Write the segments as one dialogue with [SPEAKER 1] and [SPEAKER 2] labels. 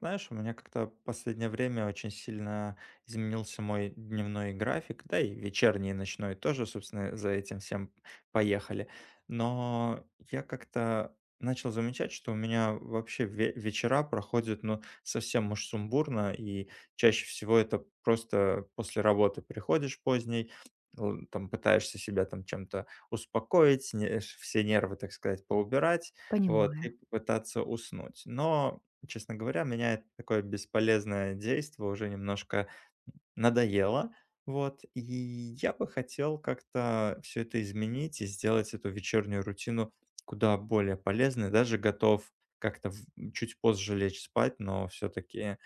[SPEAKER 1] Знаешь, у меня как-то в последнее время очень сильно изменился мой дневной график, да и вечерний, и ночной тоже, собственно, за этим всем поехали. Но я как-то начал замечать, что у меня вообще вечера проходят, ну, совсем уж сумбурно, и чаще всего это просто после работы приходишь поздней, там пытаешься себя там чем-то успокоить, все нервы, так сказать, поубирать, вот, и
[SPEAKER 2] Понимаю.
[SPEAKER 1] попытаться уснуть. Честно говоря, меня это такое бесполезное действие уже немножко надоело. Вот, и я бы хотел как-то все это изменить и сделать эту вечернюю рутину куда более полезной. Даже готов как-то в чуть позже лечь спать, но все таки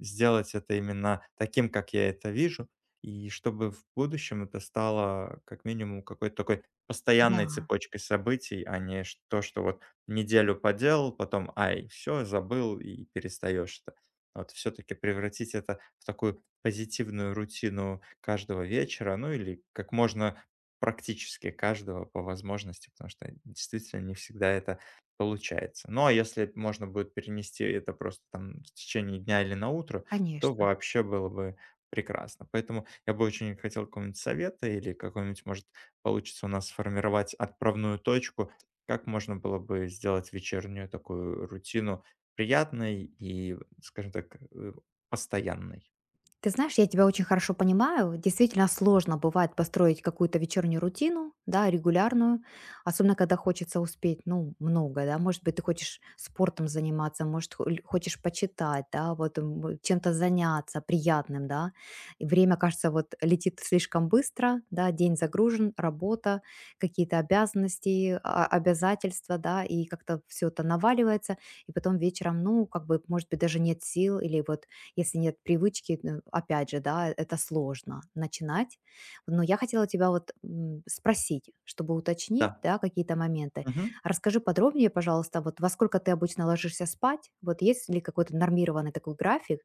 [SPEAKER 1] сделать это именно таким, как я это вижу. И чтобы в будущем это стало как минимум какой-то такой постоянной
[SPEAKER 2] Да,
[SPEAKER 1] цепочкой событий, а не ш то, что вот неделю поделал, потом: "Ай, все, забыл", и перестаешь это. Вот все таки превратить это в такую позитивную рутину каждого вечера, ну или как можно практически каждого по возможности, потому что действительно не всегда это получается. Ну а если можно будет перенести это просто там в течение дня или на утро, то
[SPEAKER 2] конечно.
[SPEAKER 1] вообще было бы прекрасно. Поэтому я бы очень хотел какого-нибудь совета или какой-нибудь, может, получится у нас сформировать отправную точку, как можно было бы сделать вечернюю такую рутину приятной и, скажем так, постоянной.
[SPEAKER 2] Ты знаешь, я тебя очень хорошо понимаю. Действительно сложно бывает построить какую-то вечернюю рутину, да, регулярную, особенно когда хочется успеть, ну, много, да. Может быть, ты хочешь спортом заниматься, может, хочешь почитать, да, вот чем-то заняться приятным, да. И время, кажется, вот летит слишком быстро, да, день загружен, работа, какие-то обязанности, обязательства, да, и как-то все это наваливается, и потом вечером, ну, как бы, может быть, даже нет сил или вот если нет привычки, ну, опять же, да, это сложно начинать. Но я хотела тебя вот спросить, чтобы уточнить,
[SPEAKER 1] Да.
[SPEAKER 2] да, какие-то моменты.
[SPEAKER 1] Мгм.
[SPEAKER 2] Расскажи подробнее, пожалуйста, вот во сколько ты обычно ложишься спать? Вот есть ли какой-то нормированный такой график?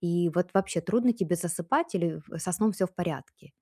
[SPEAKER 2] И вот вообще трудно тебе засыпать или со сном все в порядке?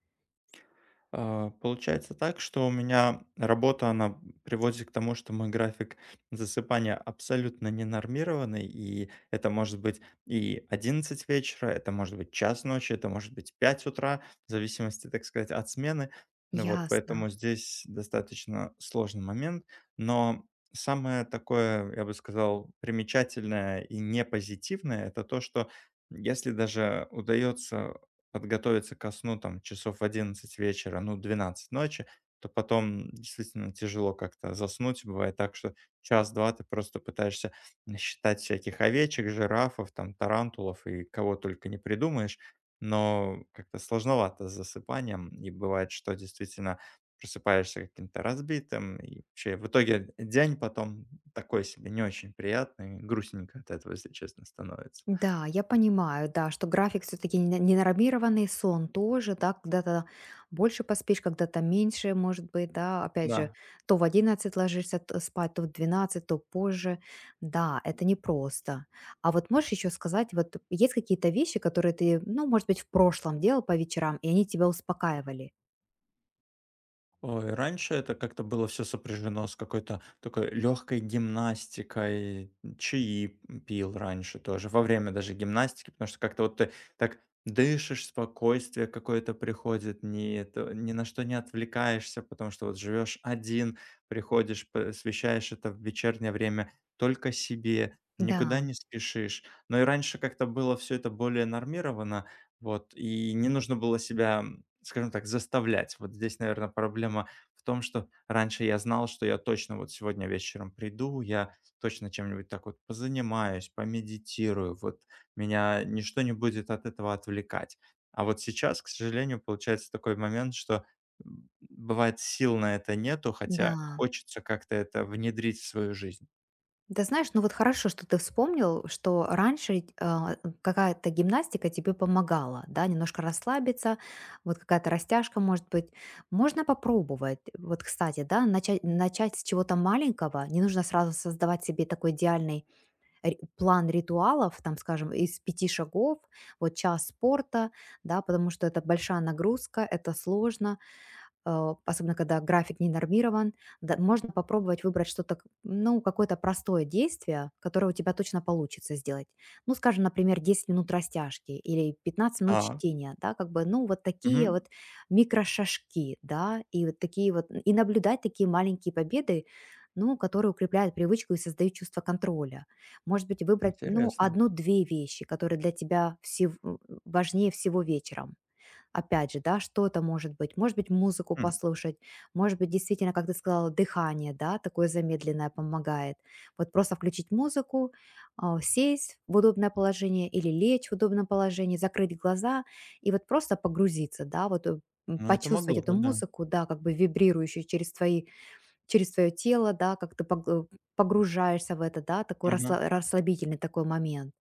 [SPEAKER 1] Получается так, что у меня работа, она приводит к тому, что мой график засыпания абсолютно ненормированный, и это может быть и 11 вечера, это может быть час ночи, это может быть 5 утра, в зависимости, так сказать, от смены. Ну вот,
[SPEAKER 2] Ясно.
[SPEAKER 1] поэтому здесь достаточно сложный момент, но самое такое, я бы сказал, примечательное и не позитивное, это то, что если даже удается подготовиться ко сну там часов в 11 вечера, ну, 12 ночи, то потом действительно тяжело как-то заснуть. Бывает так, что час-два ты просто пытаешься считать всяких овечек, жирафов, там, тарантулов и кого только не придумаешь, но как-то сложновато с засыпанием, и бывает, что действительно просыпаешься каким-то разбитым, и вообще в итоге день потом такой себе, не очень приятный, грустненько от этого, если честно, становится.
[SPEAKER 2] Да, я понимаю, да, что график все-таки ненормированный, сон тоже, да, когда-то больше поспишь, когда-то меньше, может быть, да, опять же,
[SPEAKER 1] Да.
[SPEAKER 2] то в 11 спать, то в 12, то позже, да, это непросто. А вот можешь еще сказать, вот есть какие-то вещи, которые ты, ну, может быть, в прошлом делал по вечерам, и они тебя успокаивали?
[SPEAKER 1] Ой, раньше это как-то было все сопряжено с какой-то такой легкой гимнастикой. Чаи пил раньше тоже, во время даже гимнастики, потому что как-то вот ты так дышишь, спокойствие какое-то приходит, ни это ни на что не отвлекаешься, потому что вот живешь один, приходишь, посвящаешь это в вечернее время только себе,
[SPEAKER 2] Да,
[SPEAKER 1] никуда не спешишь. Но и раньше как-то было все это более нормировано, вот, и не нужно было себя, скажем так, заставлять. Вот здесь, наверное, проблема в том, что раньше я знал, что я точно вот сегодня вечером приду, я точно чем-нибудь так вот позанимаюсь, помедитирую, вот меня ничто не будет от этого отвлекать. А вот сейчас, к сожалению, получается такой момент, что бывает сил на это нету,
[SPEAKER 2] да.
[SPEAKER 1] хотя хочется как-то это внедрить в свою жизнь.
[SPEAKER 2] Да знаешь, ну вот хорошо, что ты вспомнил, что раньше какая-то гимнастика тебе помогала, да, немножко расслабиться, вот какая-то растяжка, может быть. Можно попробовать, вот, кстати, да, начать с чего-то маленького. Не нужно сразу создавать себе такой идеальный план ритуалов, там, скажем, из 5 шагов, вот час спорта, да, потому что это большая нагрузка, это сложно особенно когда график не нормирован, да, можно попробовать выбрать что-то, ну, какое-то простое действие, которое у тебя точно получится сделать. Ну, скажем, например, 10 минут растяжки или 15 минут
[SPEAKER 1] Так,
[SPEAKER 2] чтения, да, как бы, ну, вот такие
[SPEAKER 1] мгм,
[SPEAKER 2] вот микрошажки, да, и вот такие вот, и наблюдать такие маленькие победы, ну, которые укрепляют привычку и создают чувство контроля. Может быть, выбрать, ну,
[SPEAKER 1] интересно.
[SPEAKER 2] одну-две вещи, которые для тебя важнее всего вечером. Опять же, да, что-то может быть. Может быть, музыку
[SPEAKER 1] М,
[SPEAKER 2] послушать, может быть, действительно, как ты сказала, дыхание, да, такое замедленное помогает. Вот просто включить музыку, сесть в удобное положение или лечь в удобном положении, закрыть глаза и вот просто погрузиться, да, вот
[SPEAKER 1] ну, это
[SPEAKER 2] почувствовать
[SPEAKER 1] могло
[SPEAKER 2] эту
[SPEAKER 1] бы, да.
[SPEAKER 2] музыку, да, как бы вибрирующую через через твое тело, да, как ты погружаешься в это, да, такой
[SPEAKER 1] Ага,
[SPEAKER 2] расслабительный такой момент.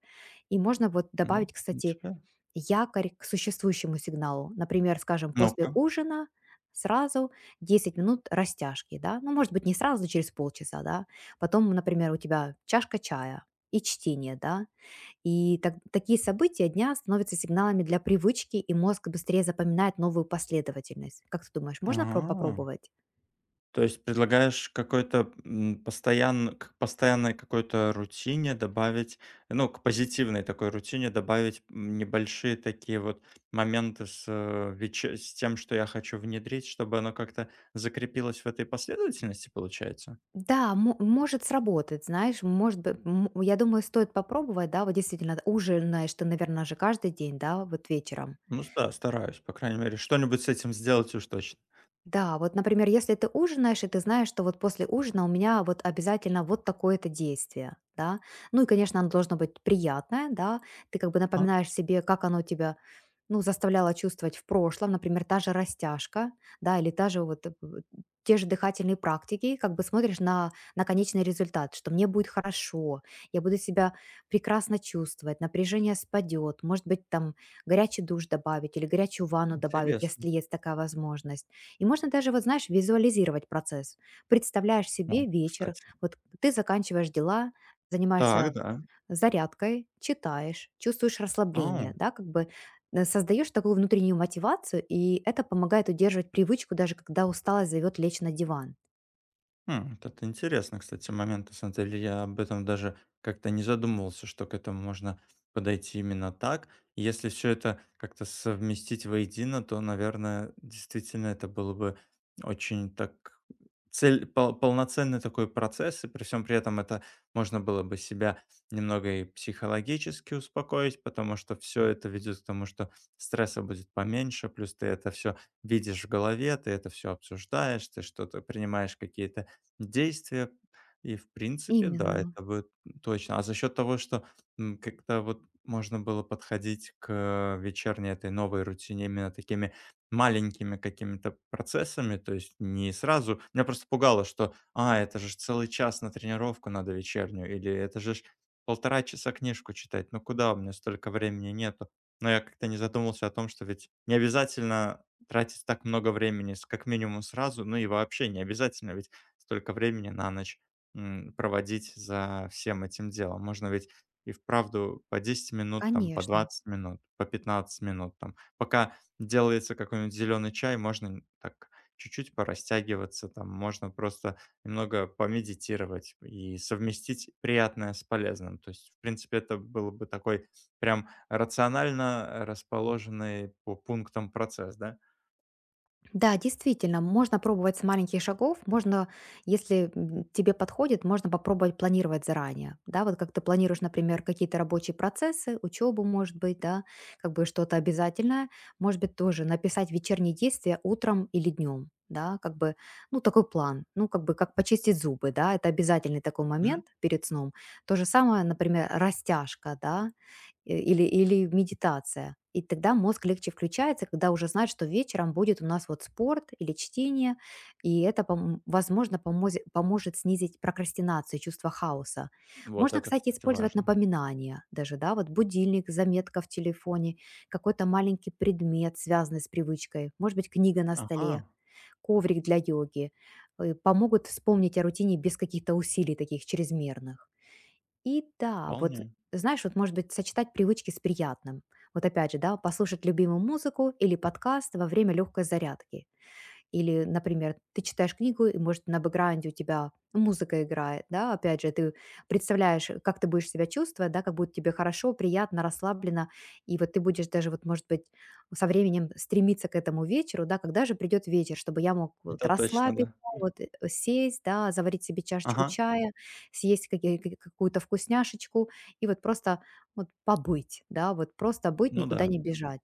[SPEAKER 2] И можно вот
[SPEAKER 1] ну,
[SPEAKER 2] добавить,
[SPEAKER 1] в
[SPEAKER 2] кстати,
[SPEAKER 1] принципе.
[SPEAKER 2] якорь к существующему сигналу. Например, скажем, после
[SPEAKER 1] Ну-ка.
[SPEAKER 2] ужина сразу 10 минут растяжки, да, ну, может быть, не сразу, через полчаса, да, потом, например, у тебя чашка чая и чтение, да, такие события дня становятся сигналами для привычки, и мозг быстрее запоминает новую последовательность. Как ты думаешь, можно
[SPEAKER 1] А.
[SPEAKER 2] попробовать?
[SPEAKER 1] То есть предлагаешь какой-то, постоянной какой-то рутине добавить, ну, к позитивной такой рутине добавить, небольшие такие вот моменты с, веч с тем, что я хочу внедрить, чтобы оно как-то закрепилось в этой последовательности, получается?
[SPEAKER 2] Да, может сработать, знаешь, может быть, я думаю, стоит попробовать, да, вот действительно, ужинаешь ты, наверное, же каждый день, да, вот вечером.
[SPEAKER 1] Ну с да, стараюсь, по крайней мере, что-нибудь с этим сделать уж точно.
[SPEAKER 2] Да, вот, например, если ты ужинаешь, и ты знаешь, что вот после ужина у меня вот обязательно вот такое-то действие, да. Ну и, конечно, оно должно быть приятное, да. Ты как бы
[SPEAKER 1] А,
[SPEAKER 2] напоминаешь себе, как оно тебя, ну, заставляло чувствовать в прошлом, например, та же растяжка, да, или та же вот те же дыхательные практики, как бы смотришь на конечный результат, что мне будет хорошо, я буду себя прекрасно чувствовать, напряжение спадет, может быть, там горячий душ добавить или горячую ванну добавить,
[SPEAKER 1] интересно.
[SPEAKER 2] если есть такая возможность и можно даже, вот знаешь, визуализировать процесс. Представляешь
[SPEAKER 1] О,
[SPEAKER 2] себе вечер,
[SPEAKER 1] кстати.
[SPEAKER 2] вот ты заканчиваешь дела,
[SPEAKER 1] Так,
[SPEAKER 2] занимаешься
[SPEAKER 1] да.
[SPEAKER 2] зарядкой, читаешь, чувствуешь расслабление,
[SPEAKER 1] А.
[SPEAKER 2] да, как бы создаешь такую внутреннюю мотивацию, и это помогает удерживать привычку, даже когда усталость зовет лечь на диван.
[SPEAKER 1] М, вот это интересно, кстати, момент. На самом деле я об этом даже как-то не задумывался, что к этому можно подойти именно так. И если все это как-то совместить воедино, то, наверное, действительно это было бы очень так цель, полноценный такой процесс, и при всем при этом это можно было бы себя немного и психологически успокоить, потому что все это ведет к тому, что стресса будет поменьше, плюс ты это все видишь в голове, ты это все обсуждаешь, ты что-то принимаешь какие-то действия. И в принципе, да,
[SPEAKER 2] Именно,
[SPEAKER 1] это будет точно. А за счет того, что, как-то вот можно было подходить к вечерней этой новой рутине именно такими маленькими какими-то процессами, то есть не сразу. Меня просто пугало, что: "А, это же ж целый час на тренировку надо вечернюю", или "Это же ж 1,5 часа книжку читать, ну куда, у меня столько времени нету". Но я как-то не задумался о том, что ведь не обязательно тратить так много времени, с как минимум сразу, ну и вообще не обязательно ведь столько времени на ночь, проводить за всем этим делом. Можно ведь и вправду по 10 минут, там, по
[SPEAKER 2] конечно.
[SPEAKER 1] 20 минут, по 15 минут, там. Пока делается какой-нибудь зеленый чай, можно так чуть-чуть порастягиваться, там, можно просто немного помедитировать и совместить приятное с полезным. То есть, в принципе, это было бы такой прям рационально расположенный по пунктам процесс, да?
[SPEAKER 2] Да, действительно, можно пробовать с маленьких шагов, можно, если тебе подходит, можно попробовать планировать заранее, да, вот как ты планируешь, например, какие-то рабочие процессы, учебу, может быть, да, как бы что-то обязательное, может быть, тоже написать вечерние действия утром или днем, да, как бы, ну, такой план, ну, как бы, как почистить зубы, да, это обязательный такой
[SPEAKER 1] М,
[SPEAKER 2] момент перед сном. То же самое, например, растяжка, да, или медитация. И тогда мозг легче включается, когда уже знает, что вечером будет у нас вот спорт или чтение, и это, пом возможно, помозе поможет снизить прокрастинацию, чувство хаоса.
[SPEAKER 1] вот
[SPEAKER 2] Можно,
[SPEAKER 1] это,
[SPEAKER 2] кстати,
[SPEAKER 1] кстати,
[SPEAKER 2] использовать
[SPEAKER 1] важно.
[SPEAKER 2] напоминания даже, да, вот будильник, заметка в телефоне, какой-то маленький предмет, связанный с привычкой, может быть, книга на столе,
[SPEAKER 1] Ага,
[SPEAKER 2] коврик для йоги, помогут вспомнить о рутине без каких-то усилий таких чрезмерных. И да, вот
[SPEAKER 1] вполне.
[SPEAKER 2] знаешь, вот может быть сочетать привычки с приятным. Вот опять же, да, послушать любимую музыку или подкаст во время легкой зарядки. Или, например, ты читаешь книгу, и, может, на бэкграунде у тебя музыка играет, да, опять же, ты представляешь, как ты будешь себя чувствовать, да, как будет тебе хорошо, приятно, расслабленно, и вот ты будешь даже, вот, может быть, со временем стремиться к этому вечеру, да, когда же придет вечер, чтобы я мог вот
[SPEAKER 1] Это точно,
[SPEAKER 2] расслабиться,
[SPEAKER 1] да.
[SPEAKER 2] вот, сесть, да, заварить себе чашечку
[SPEAKER 1] Ага.
[SPEAKER 2] чая, съесть какую-то вкусняшечку и вот просто вот побыть, да, вот просто быть,
[SPEAKER 1] Ну
[SPEAKER 2] никуда
[SPEAKER 1] да,
[SPEAKER 2] не бежать.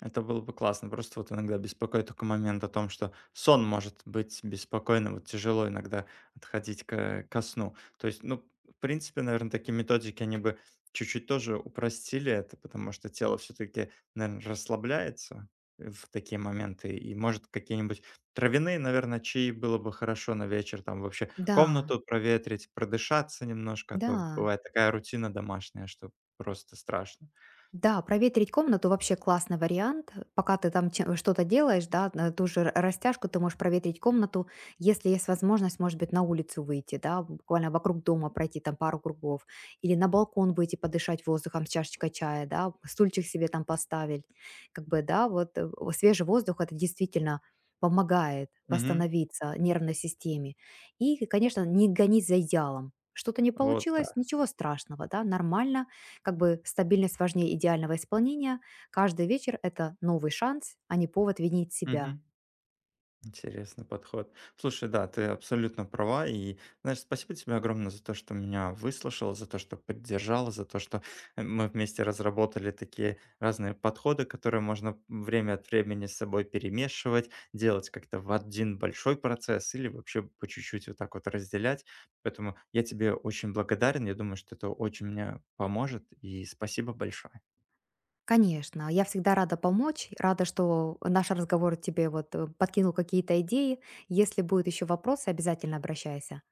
[SPEAKER 1] это было бы классно. Просто вот иногда беспокоит такой момент о том, что сон может быть беспокойным, вот тяжело иногда отходить ко сну. То есть, ну, в принципе, наверное такие методики, они бы чуть-чуть тоже упростили это, потому что тело все таки наверное расслабляется в такие моменты. И, может, какие-нибудь травяные, наверное чаи было бы хорошо на вечер, там вообще
[SPEAKER 2] Да,
[SPEAKER 1] комнату проветрить, продышаться немножко, а то
[SPEAKER 2] да.
[SPEAKER 1] бывает такая рутина домашняя, что просто страшно.
[SPEAKER 2] Да, проветрить комнату вообще классный вариант. Пока ты там что-то делаешь, да, на ту же растяжку ты можешь проветрить комнату. Если есть возможность, может быть, на улицу выйти, да, буквально вокруг дома пройти там пару кругов. Или на балкон выйти подышать воздухом с чашечкой чая, да, стульчик себе там поставить. Как бы, да, вот свежий воздух это действительно помогает
[SPEAKER 1] Мгм.
[SPEAKER 2] восстановиться нервной системе. И, конечно, не гонить за идеалом. Что-то не
[SPEAKER 1] Вот
[SPEAKER 2] получилось,
[SPEAKER 1] так.
[SPEAKER 2] ничего страшного, да, нормально как бы стабильность важнее идеального исполнения. Каждый вечер– это новый шанс, а не повод винить себя.
[SPEAKER 1] Мгм. Интересный подход. Слушай, да, ты абсолютно права. И, знаешь, спасибо тебе огромное за то, что меня выслушал, за то, что поддержал, за то, что мы вместе разработали такие разные подходы, которые можно время от времени с собой перемешивать, делать как-то в один большой процесс или вообще по чуть-чуть вот так вот разделять. Поэтому я тебе очень благодарен. Я думаю, что это очень мне поможет. И спасибо большое.
[SPEAKER 2] Конечно, я всегда рада помочь, рада, что наш разговор тебе вот подкинул какие-то идеи. Если будут еще вопросы, обязательно обращайся.